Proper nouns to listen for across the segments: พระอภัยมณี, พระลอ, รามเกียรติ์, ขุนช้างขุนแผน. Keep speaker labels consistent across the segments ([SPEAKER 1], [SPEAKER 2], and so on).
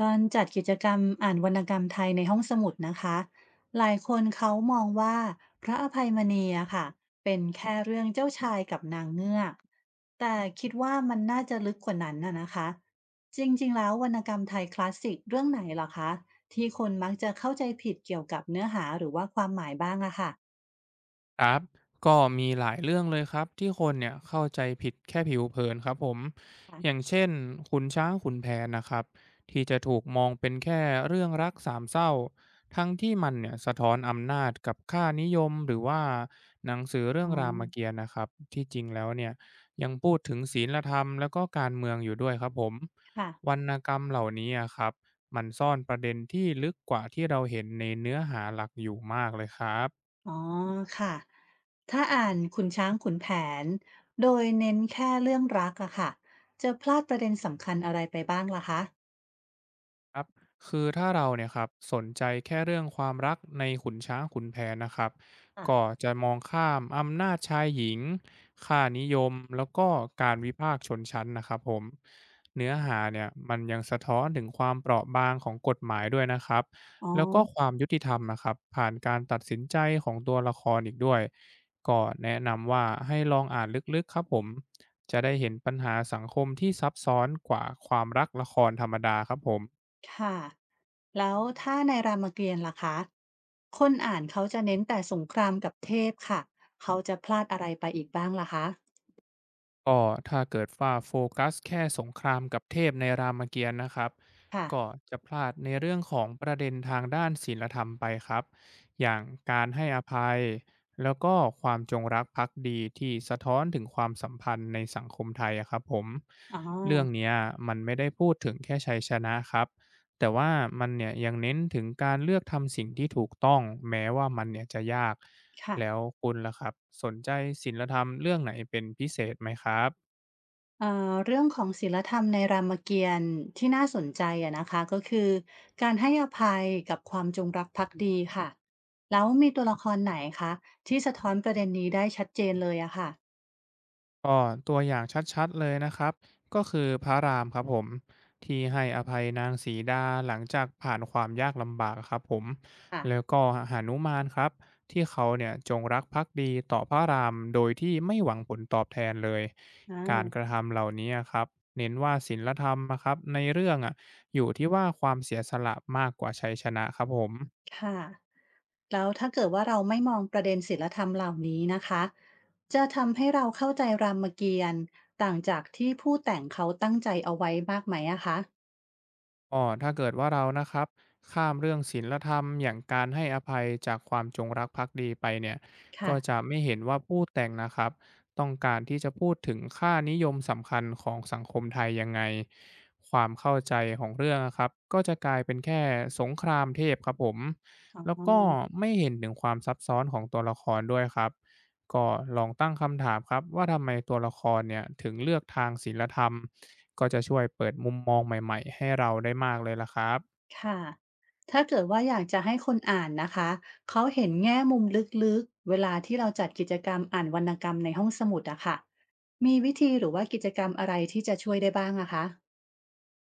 [SPEAKER 1] ตอนจัดกิจกรรมอ่านวรรณกรรมไทยในห้องสมุดนะคะหลายคนเขามองว่าพระอภัยมณีอะค่ะเป็นแค่เรื่องเจ้าชายกับนางเงือกแต่คิดว่ามันน่าจะลึกกว่านั้นน่ะนะคะจริงๆแล้ววรรณกรรมไทยคลาสสิกเรื่องไหนเหรอคะที่คนมักจะเข้าใจผิดเกี่ยวกับเนื้อหาหรือว่าความหมายบ้างอะค่ะ
[SPEAKER 2] ครับก็มีหลายเรื่องเลยครับที่คนเนี่ยเข้าใจผิดแค่ผิวเผินครับผมอย่างเช่นขุนช้างขุนแผนนะครับที่จะถูกมองเป็นแค่เรื่องรักสามเศร้าทั้งที่มันเนี่ยสะท้อนอำนาจกับค่านิยมหรือว่าหนังสือเรื่
[SPEAKER 1] อ๋
[SPEAKER 2] อง
[SPEAKER 1] อ
[SPEAKER 2] รามเกียรติ์นะครับที่จริงแล้วเนี่ยยังพูดถึงศีลธรรมแล้วก็การเมืองอยู่ด้วยครับผม
[SPEAKER 1] ค่ะ
[SPEAKER 2] วรรณกรรมเหล่านี้อะครับมันซ่อนประเด็นที่ลึกกว่าที่เราเห็นในเนื้อหาหลักอยู่มากเลยครับ
[SPEAKER 1] อ๋อค่ะถ้าอ่านขุนช้างขุนแผนโดยเน้นแค่เรื่องรักอะค่ะจะพลาดประเด็นสำคัญอะไรไปบ้างล่ะคะ
[SPEAKER 2] ครับคือถ้าเราเนี่ยครับสนใจแค่เรื่องความรักในขุนช้างขุนแผนนะครับ
[SPEAKER 1] อ่ะ
[SPEAKER 2] ก็จะมองข้ามอำนาจชายหญิงค่านิยมแล้วก็การวิพากษ์ชนชั้นนะครับผมเนื้อหาเนี่ยมันยังสะท้อนถึงความเปราะบางของกฎหมายด้วยนะครับ
[SPEAKER 1] อ๋อ
[SPEAKER 2] แล้วก็ความยุติธรรมนะครับผ่านการตัดสินใจของตัวละครอีกด้วย ก็แนะนำว่าให้ลองอ่านลึกๆครับผมจะได้เห็นปัญหาสังคมที่ซับซ้อนกว่าความรักละครธรรมดาครับผม
[SPEAKER 1] ค่ะแล้วถ้าในรามเกียรติ์ล่ะคะคนอ่านเขาจะเน้นแต่สงครามกับเทพค่ะเขาจะพลาดอะไรไปอีกบ้างล่ะคะ
[SPEAKER 2] ก็ถ้าเกิดว่าโฟกัสแค่สงครามกับเทพในรามเกียรติ์นะครับ
[SPEAKER 1] ค่ะ
[SPEAKER 2] ก็จะพลาดในเรื่องของประเด็นทางด้านศีลธรรมไปครับอย่างการให้อภัยแล้วก็ความจงรักภักดีที่สะท้อนถึงความสัมพันธ์ในสังคมไทยอะครับผม
[SPEAKER 1] อ๋อ
[SPEAKER 2] เรื่องเนี้ยมันไม่ได้พูดถึงแค่ชัยชนะครับแต่ว่ามันเนี่ยยังเน้นถึงการเลือกทำสิ่งที่ถูกต้องแม้ว่ามันเนี่ยจะยาก
[SPEAKER 1] ค่ะ
[SPEAKER 2] แล้วคุณล่ะครับสนใจศิลธรรมเรื่องไหนเป็นพิเศษไหมครับ
[SPEAKER 1] เอ่อเรื่องของศีลธรรมในรามเกียรติ์ที่น่าสนใจอะนะคะก็คือการให้อภัยกับความจงรักภักดีค่ะแล้วมีตัวละครไหนคะที่สะท้อนประเด็นนี้ได้ชัดเจนเลยอะค่ะ
[SPEAKER 2] ก็ตัวอย่างชัดๆเลยนะครับก็คือพระรามครับผมที่ให้อภัยนางสีดาหลังจากผ่านความยากลำบากครับผม
[SPEAKER 1] ค่ะ
[SPEAKER 2] แล้วก็หานุมานครับที่เขาเนี่ยจงรักภักดีต่อพระรามโดยที่ไม่หวังผลตอบแทนเลย
[SPEAKER 1] อา
[SPEAKER 2] การกระทำเหล่านี้ครับเน้นว่าศีลธรรมนะครับในเรื่องอ่ะอยู่ที่ว่าความเสียสละมากกว่าชัยชนะครับผม
[SPEAKER 1] ค่ะแล้วถ้าเกิดว่าเราไม่มองประเด็นศีลธรรมเหล่านี้นะคะจะทำให้เราเข้าใจรามเกียรติ์ต่างจากที่ผู้แต่งเขาตั้งใจเอาไว้มากไหมอะคะ
[SPEAKER 2] ก็ถ้าเกิดว่าเรานะครับข้ามเรื่องศีลธรรมอย่างการให้อภัยจากความจงรักภักดีไปเนี่ย
[SPEAKER 1] ค่ะ
[SPEAKER 2] ก็จะไม่เห็นว่าผู้แต่งนะครับต้องการที่จะพูดถึงค่านิยมสำคัญของสังคมไทยยังไงความเข้าใจของเรื่องนะครับก็จะกลายเป็นแค่สงครามเทพครับผม
[SPEAKER 1] อ๋
[SPEAKER 2] แล้ว
[SPEAKER 1] อ
[SPEAKER 2] ก็ไม่เห็นถึงความซับซ้อนของตัวละครด้วยครับก็ลองตั้งคำถามครับว่าทำไมตัวละครเนี่ยถึงเลือกทางศีลธรรม ก็จะช่วยเปิดมุมมองใหม่ๆให้เราได้มากเลยล่ะครับ
[SPEAKER 1] ค่ะ ถ้าเกิดว่าอยากจะให้คนอ่านนะคะเขาเห็นแง่มุมลึกๆเวลาที่เราจัดกิจกรรมอ่านวรรณกรรมในห้องสมุดอะค่ะมีวิธีหรือว่ากิจกรรมอะไรที่จะช่วยได้บ้างอะคะ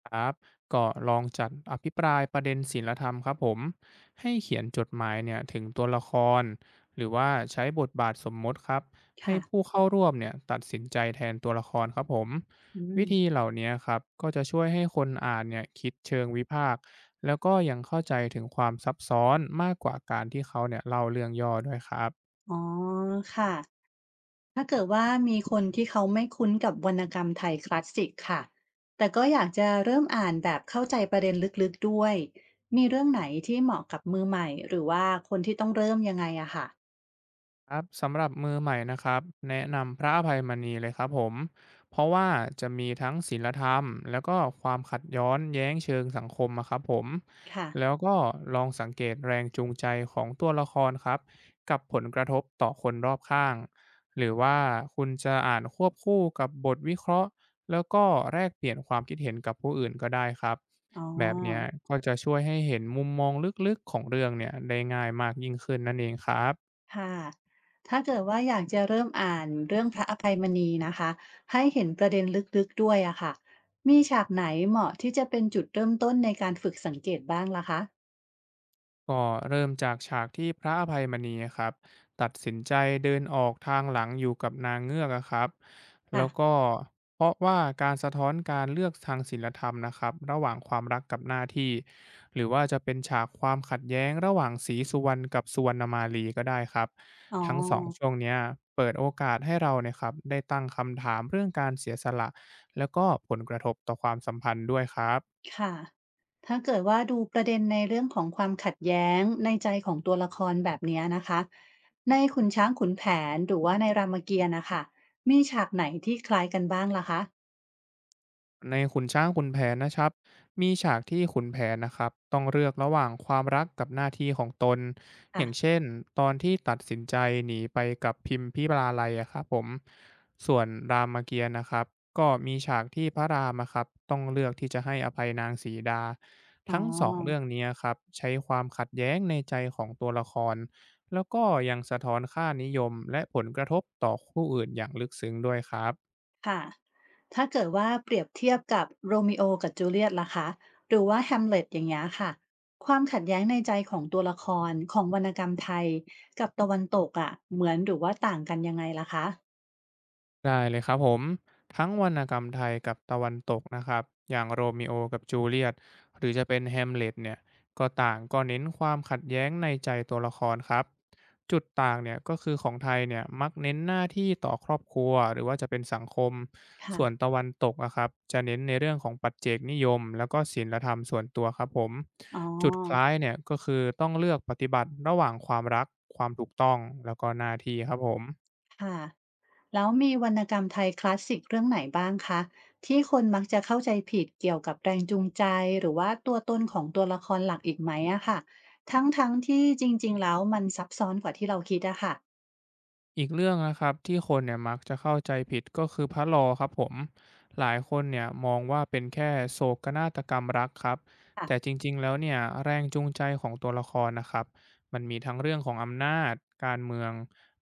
[SPEAKER 2] ครับก็ลองจัดอภิปรายประเด็นศีลธรรมครับผมให้เขียนจดหมายเนี่ยถึงตัวละครหรือว่าใช้บทบาทสมมติครับให้
[SPEAKER 1] ค่ะ
[SPEAKER 2] ผู้เข้าร่วมเนี่ยตัดสินใจแทนตัวละครครับผม
[SPEAKER 1] อืม
[SPEAKER 2] วิธีเหล่านี้ครับก็จะช่วยให้คนอ่านเนี่ยคิดเชิงวิพากษ์แล้วก็ยังเข้าใจถึงความซับซ้อนมากกว่าการที่เขาเนี่ยเล่าเรื่องย่อด้วยครับ
[SPEAKER 1] อ๋อค่ะถ้าเกิดว่ามีคนที่เขาไม่คุ้นกับวรรณกรรมไทยคลาสสิกค่ะแต่ก็อยากจะเริ่มอ่านแบบเข้าใจประเด็นลึกๆด้วยมีเรื่องไหนที่เหมาะกับมือใหม่หรือว่าคนที่ต้องเริ่มยังไงอะค่ะ
[SPEAKER 2] ครับสำหรับมือใหม่นะครับแนะนำพระอภัยมณีเลยครับผมเพราะว่าจะมีทั้งศีลธรรมแล้วก็ความขัดย้อนแย้งเชิงสังคมอะครับผม
[SPEAKER 1] ค่ะ
[SPEAKER 2] แล้วก็ลองสังเกตแรงจูงใจของตัวละครครับกับผลกระทบต่อคนรอบข้างหรือว่าคุณจะอ่านควบคู่กับบทวิเคราะห์แล้วก็แลกเปลี่ยนความคิดเห็นกับผู้อื่นก็ได้ครับ
[SPEAKER 1] อ๋อ
[SPEAKER 2] แบบเนี้ยก็จะช่วยให้เห็นมุมมองลึกๆของเรื่องเนี่ยได้ง่ายมากยิ่งขึ้นนั่นเองครับ
[SPEAKER 1] ค่ะถ้าเกิดว่าอยากจะเริ่มอ่านเรื่องพระอภัยมณีนะคะให้เห็นประเด็นลึกๆด้วยอะค่ะมีฉากไหนเหมาะที่จะเป็นจุดเริ่มต้นในการฝึกสังเกตบ้างล่ะคะ
[SPEAKER 2] ก็เริ่มจากฉากที่พระอภัยมณีอะครับตัดสินใจเดินออกทางหลังอยู่กับนางเงือกอะครับ
[SPEAKER 1] ค่ะ
[SPEAKER 2] แล้วก็เพราะว่าการสะท้อนการเลือกทางศีลธรรมนะครับระหว่างความรักกับหน้าที่หรือว่าจะเป็นฉากความขัดแย้งระหว่างศรีสุวรรณกับสุวรรณมาลีก็ได้ครับ
[SPEAKER 1] อ๋อ
[SPEAKER 2] ทั้งสองช่วงเนี้ยเปิดโอกาสให้เราเนี่ยครับได้ตั้งคำถามเรื่องการเสียสละแล้วก็ผลกระทบต่อความสัมพันธ์ด้วยครับ
[SPEAKER 1] ค่ะถ้าเกิดว่าดูประเด็นในเรื่องของความขัดแย้งในใจของตัวละครแบบเนี้ยนะคะในขุนช้างขุนแผนหรือว่าในรามเกียรติ์นะคะมีฉากไหนที่คล้ายกันบ้างล่ะคะ
[SPEAKER 2] ในขุนช้างขุนแผนนะครับมีฉากที่ขุนแผนนะครับต้องเลือกระหว่างความรักกับหน้าที่ของตนอ
[SPEAKER 1] ค่ะ
[SPEAKER 2] ย่างเช่นตอนที่ตัดสินใจหนีไปกับพิมพิปลาไลยอะครับผมส่วนรามเกียรติ์นะครับก็มีฉากที่พระรามอะครับต้องเลือกที่จะให้อภัยนางสีดา
[SPEAKER 1] อ๋อ
[SPEAKER 2] ทั้งสองเรื่องนี้ครับใช้ความขัดแย้งในใจของตัวละครแล้วก็ยังสะท้อนค่านิยมและผลกระทบต่อคู่อื่นอย่างลึกซึ้งด้วยครับ
[SPEAKER 1] ค่ะถ้าเกิดว่าเปรียบเทียบกับโรมิโอกับจูเลียตล่ะคะหรือว่าแฮมเล็ตอย่างเงี้ยค่ะ ความขัดแย้งในใจของตัวละครของวรรณกรรมไทยกับตะวันตกอะเหมือนหรือว่าต่างกันยังไงล่ะคะ
[SPEAKER 2] ได้เลยครับผมทั้งวรรณกรรมไทยกับตะวันตกนะครับอย่างโรมิโอกับจูเลียตหรือจะเป็นแฮมเล็ตเนี่ยก็ต่างก็เน้นความขัดแย้งในใจตัวละครครับจุดต่างเนี่ยก็คือของไทยเนี่ยมักเน้นหน้าที่ต่อครอบครัวหรือว่าจะเป็นสังคมส่วน
[SPEAKER 1] ค่ะ
[SPEAKER 2] ตะวันตกอะครับจะเน้นในเรื่องของปัจเจกนิยมแล้วก็ศีลธรรมส่วนตัวครับผม
[SPEAKER 1] อ๋
[SPEAKER 2] จุดค
[SPEAKER 1] อ
[SPEAKER 2] ล้ายเนี่ยก็คือต้องเลือกปฏิบัติระหว่างความรักความถูกต้องแล้วก็หน้าที่ครับผม
[SPEAKER 1] ค่ะ แล้วมีวรรณกรรมไทยคลาสสิกเรื่องไหนบ้างคะที่คนมักจะเข้าใจผิดเกี่ยวกับแรงจูงใจหรือว่าตัวตนของตัวละครหลักอีกไหมอะค่ะทั้งๆที่จริงๆแล้วมันซับซ้อนกว่าที่เราคิดอะค่ะ
[SPEAKER 2] อีกเรื่องนะครับที่คนเนี่ยมักจะเข้าใจผิดก็คือพระลอครับผมหลายคนเนี่ยมองว่าเป็นแค่โศกนาฏกรรมรักครับแต่
[SPEAKER 1] ค่ะ
[SPEAKER 2] จริงๆแล้วเนี่ยแรงจูงใจของตัวละครนะครับมันมีทั้งเรื่องของอำนาจการเมือง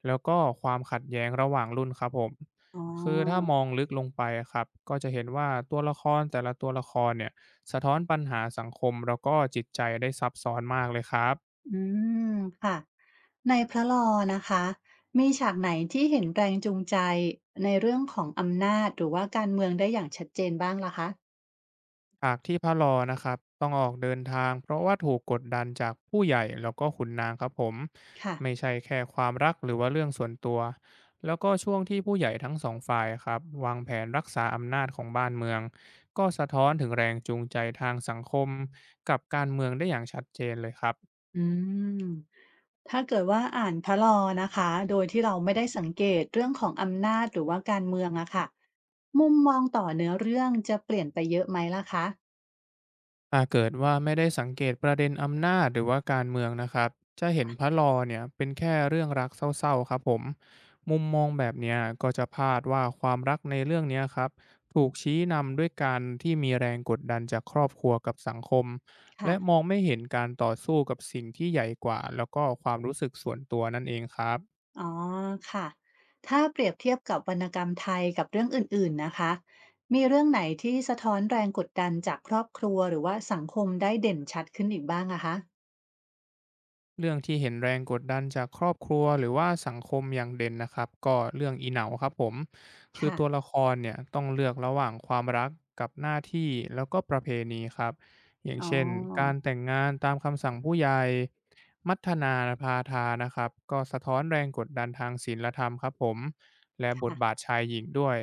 [SPEAKER 2] แล้วก็ความขัดแย้งระหว่างรุ่นครับผม
[SPEAKER 1] อ๋อ
[SPEAKER 2] คือถ้ามองลึกลงไปอะครับก็จะเห็นว่าตัวละครแต่ละตัวละครเนี่ยสะท้อนปัญหาสังคมแล้วก็จิตใจได้ซับซ้อนมากเลยครับ
[SPEAKER 1] อืมค่ะในพระลอนะคะมีฉากไหนที่เห็นแรงจูงใจในเรื่องของอำนาจหรือว่าการเมืองได้อย่างชัดเจนบ้างล่ะคะ
[SPEAKER 2] ฉากที่พระลอนะครับต้องออกเดินทางเพราะว่าถูกกดดันจากผู้ใหญ่แล้วก็ขุนนางครับผม
[SPEAKER 1] ค่ะ
[SPEAKER 2] ไม่ใช่แค่ความรักหรือว่าเรื่องส่วนตัวแล้วก็ช่วงที่ผู้ใหญ่ทั้งสองฝ่ายครับวางแผนรักษาอำนาจของบ้านเมืองก็สะท้อนถึงแรงจูงใจทางสังคมกับการเมืองได้อย่างชัดเจนเลยครับ
[SPEAKER 1] อืมถ้าเกิดว่าอ่านพระลอนะคะโดยที่เราไม่ได้สังเกตเรื่องของอำนาจหรือว่าการเมืองอะค่ะมุมมองต่อเนื้อเรื่องจะเปลี่ยนไปเยอะไหมล่ะคะ
[SPEAKER 2] หากเกิดว่าไม่ได้สังเกตประเด็นอำนาจหรือว่าการเมืองนะครับจะเห็นพระลอเนี่ยเป็นแค่เรื่องรักเศร้าๆครับผมมุมมองแบบเนี้ยก็จะพลาดว่าความรักในเรื่องเนี้ยครับถูกชี้นำด้วยการที่มีแรงกดดันจากครอบครัวกับสังคม
[SPEAKER 1] ค่ะ
[SPEAKER 2] และมองไม่เห็นการต่อสู้กับสิ่งที่ใหญ่กว่าแล้วก็ความรู้สึกส่วนตัวนั่นเองครับ
[SPEAKER 1] อ๋อค่ะ ถ้าเปรียบเทียบกับวรรณกรรมไทยกับเรื่องอื่นๆนะคะมีเรื่องไหนที่สะท้อนแรงกดดันจากครอบครัวหรือว่าสังคมได้เด่นชัดขึ้นอีกบ้างอะคะ
[SPEAKER 2] เรื่องที่เห็นแรงกดดันจากครอบครัวหรือว่าสังคมอย่างเด่นนะครับก็เรื่องอีเหนาครับผมคือ
[SPEAKER 1] ค่ะ
[SPEAKER 2] ตัวละครเนี่ยต้องเลือกระหว่างความรักกับหน้าที่แล้วก็ประเพณีครับอย่าง
[SPEAKER 1] อ๋อ
[SPEAKER 2] เช่นการแต่งงานตามคำสั่งผู้ใหญ่มัฒนาพาทานะครับก็สะท้อนแรงกดดันทางศีลธรรมครับผมและบทบาท
[SPEAKER 1] ค่ะ
[SPEAKER 2] ชายหญิงด้วย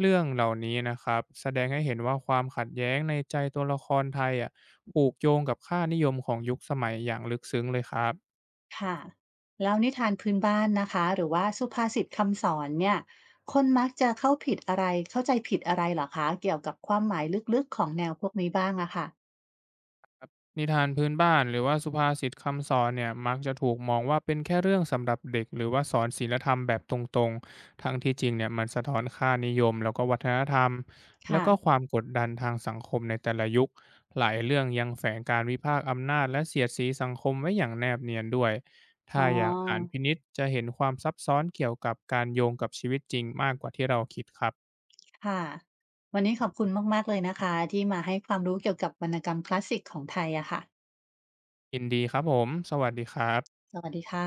[SPEAKER 2] เรื่องเหล่านี้นะครับแสดงให้เห็นว่าความขัดแย้งในใจตัวละครไทยอ่ะ ผูกโยงกับค่านิยมของยุคสมัยอย่างลึกซึ้งเลยครับ
[SPEAKER 1] ค่ะแล้วนิทานพื้นบ้านนะคะหรือว่าสุภาษิตคำสอนเนี่ยคนมักจะเข้าผิดอะไรเข้าใจผิดอะไรเหรอคะเกี่ยวกับความหมายลึกๆของแนวพวกนี้บ้างอะค่ะ
[SPEAKER 2] นิทานพื้นบ้านหรือว่าสุภาษิตคำสอนเนี่ยมักจะถูกมองว่าเป็นแค่เรื่องสำหรับเด็กหรือว่าสอนศีลธรรมแบบตรงๆทั้งที่จริงเนี่ยมันสะท้อนค่านิยมแล้วก็วัฒนธรรมแล้วก็ค
[SPEAKER 1] ค่ะ
[SPEAKER 2] วามกดดันทางสังคมในแต่ละยุคหลายเรื่องยังแฝงการวิพากษ์อำนาจและเสียดสีสังคมไว้อย่างแนบเนียนด้วย
[SPEAKER 1] อ๋
[SPEAKER 2] ถ้า
[SPEAKER 1] อ
[SPEAKER 2] อยากอ่านพินิษจะเห็นความซับซ้อนเกี่ยวกับการโยงกับชีวิตจริงมากกว่าที่เราคิดครับ
[SPEAKER 1] ค่ะวันนี้ขอบคุณมากๆเลยนะคะที่มาให้ความรู้เกี่ยวกับวรรณกรรมคลาสสิกของไทยอะค่ะ
[SPEAKER 2] ยินดีครับผมสวัสดีครับ
[SPEAKER 1] สวัสดีค่ะ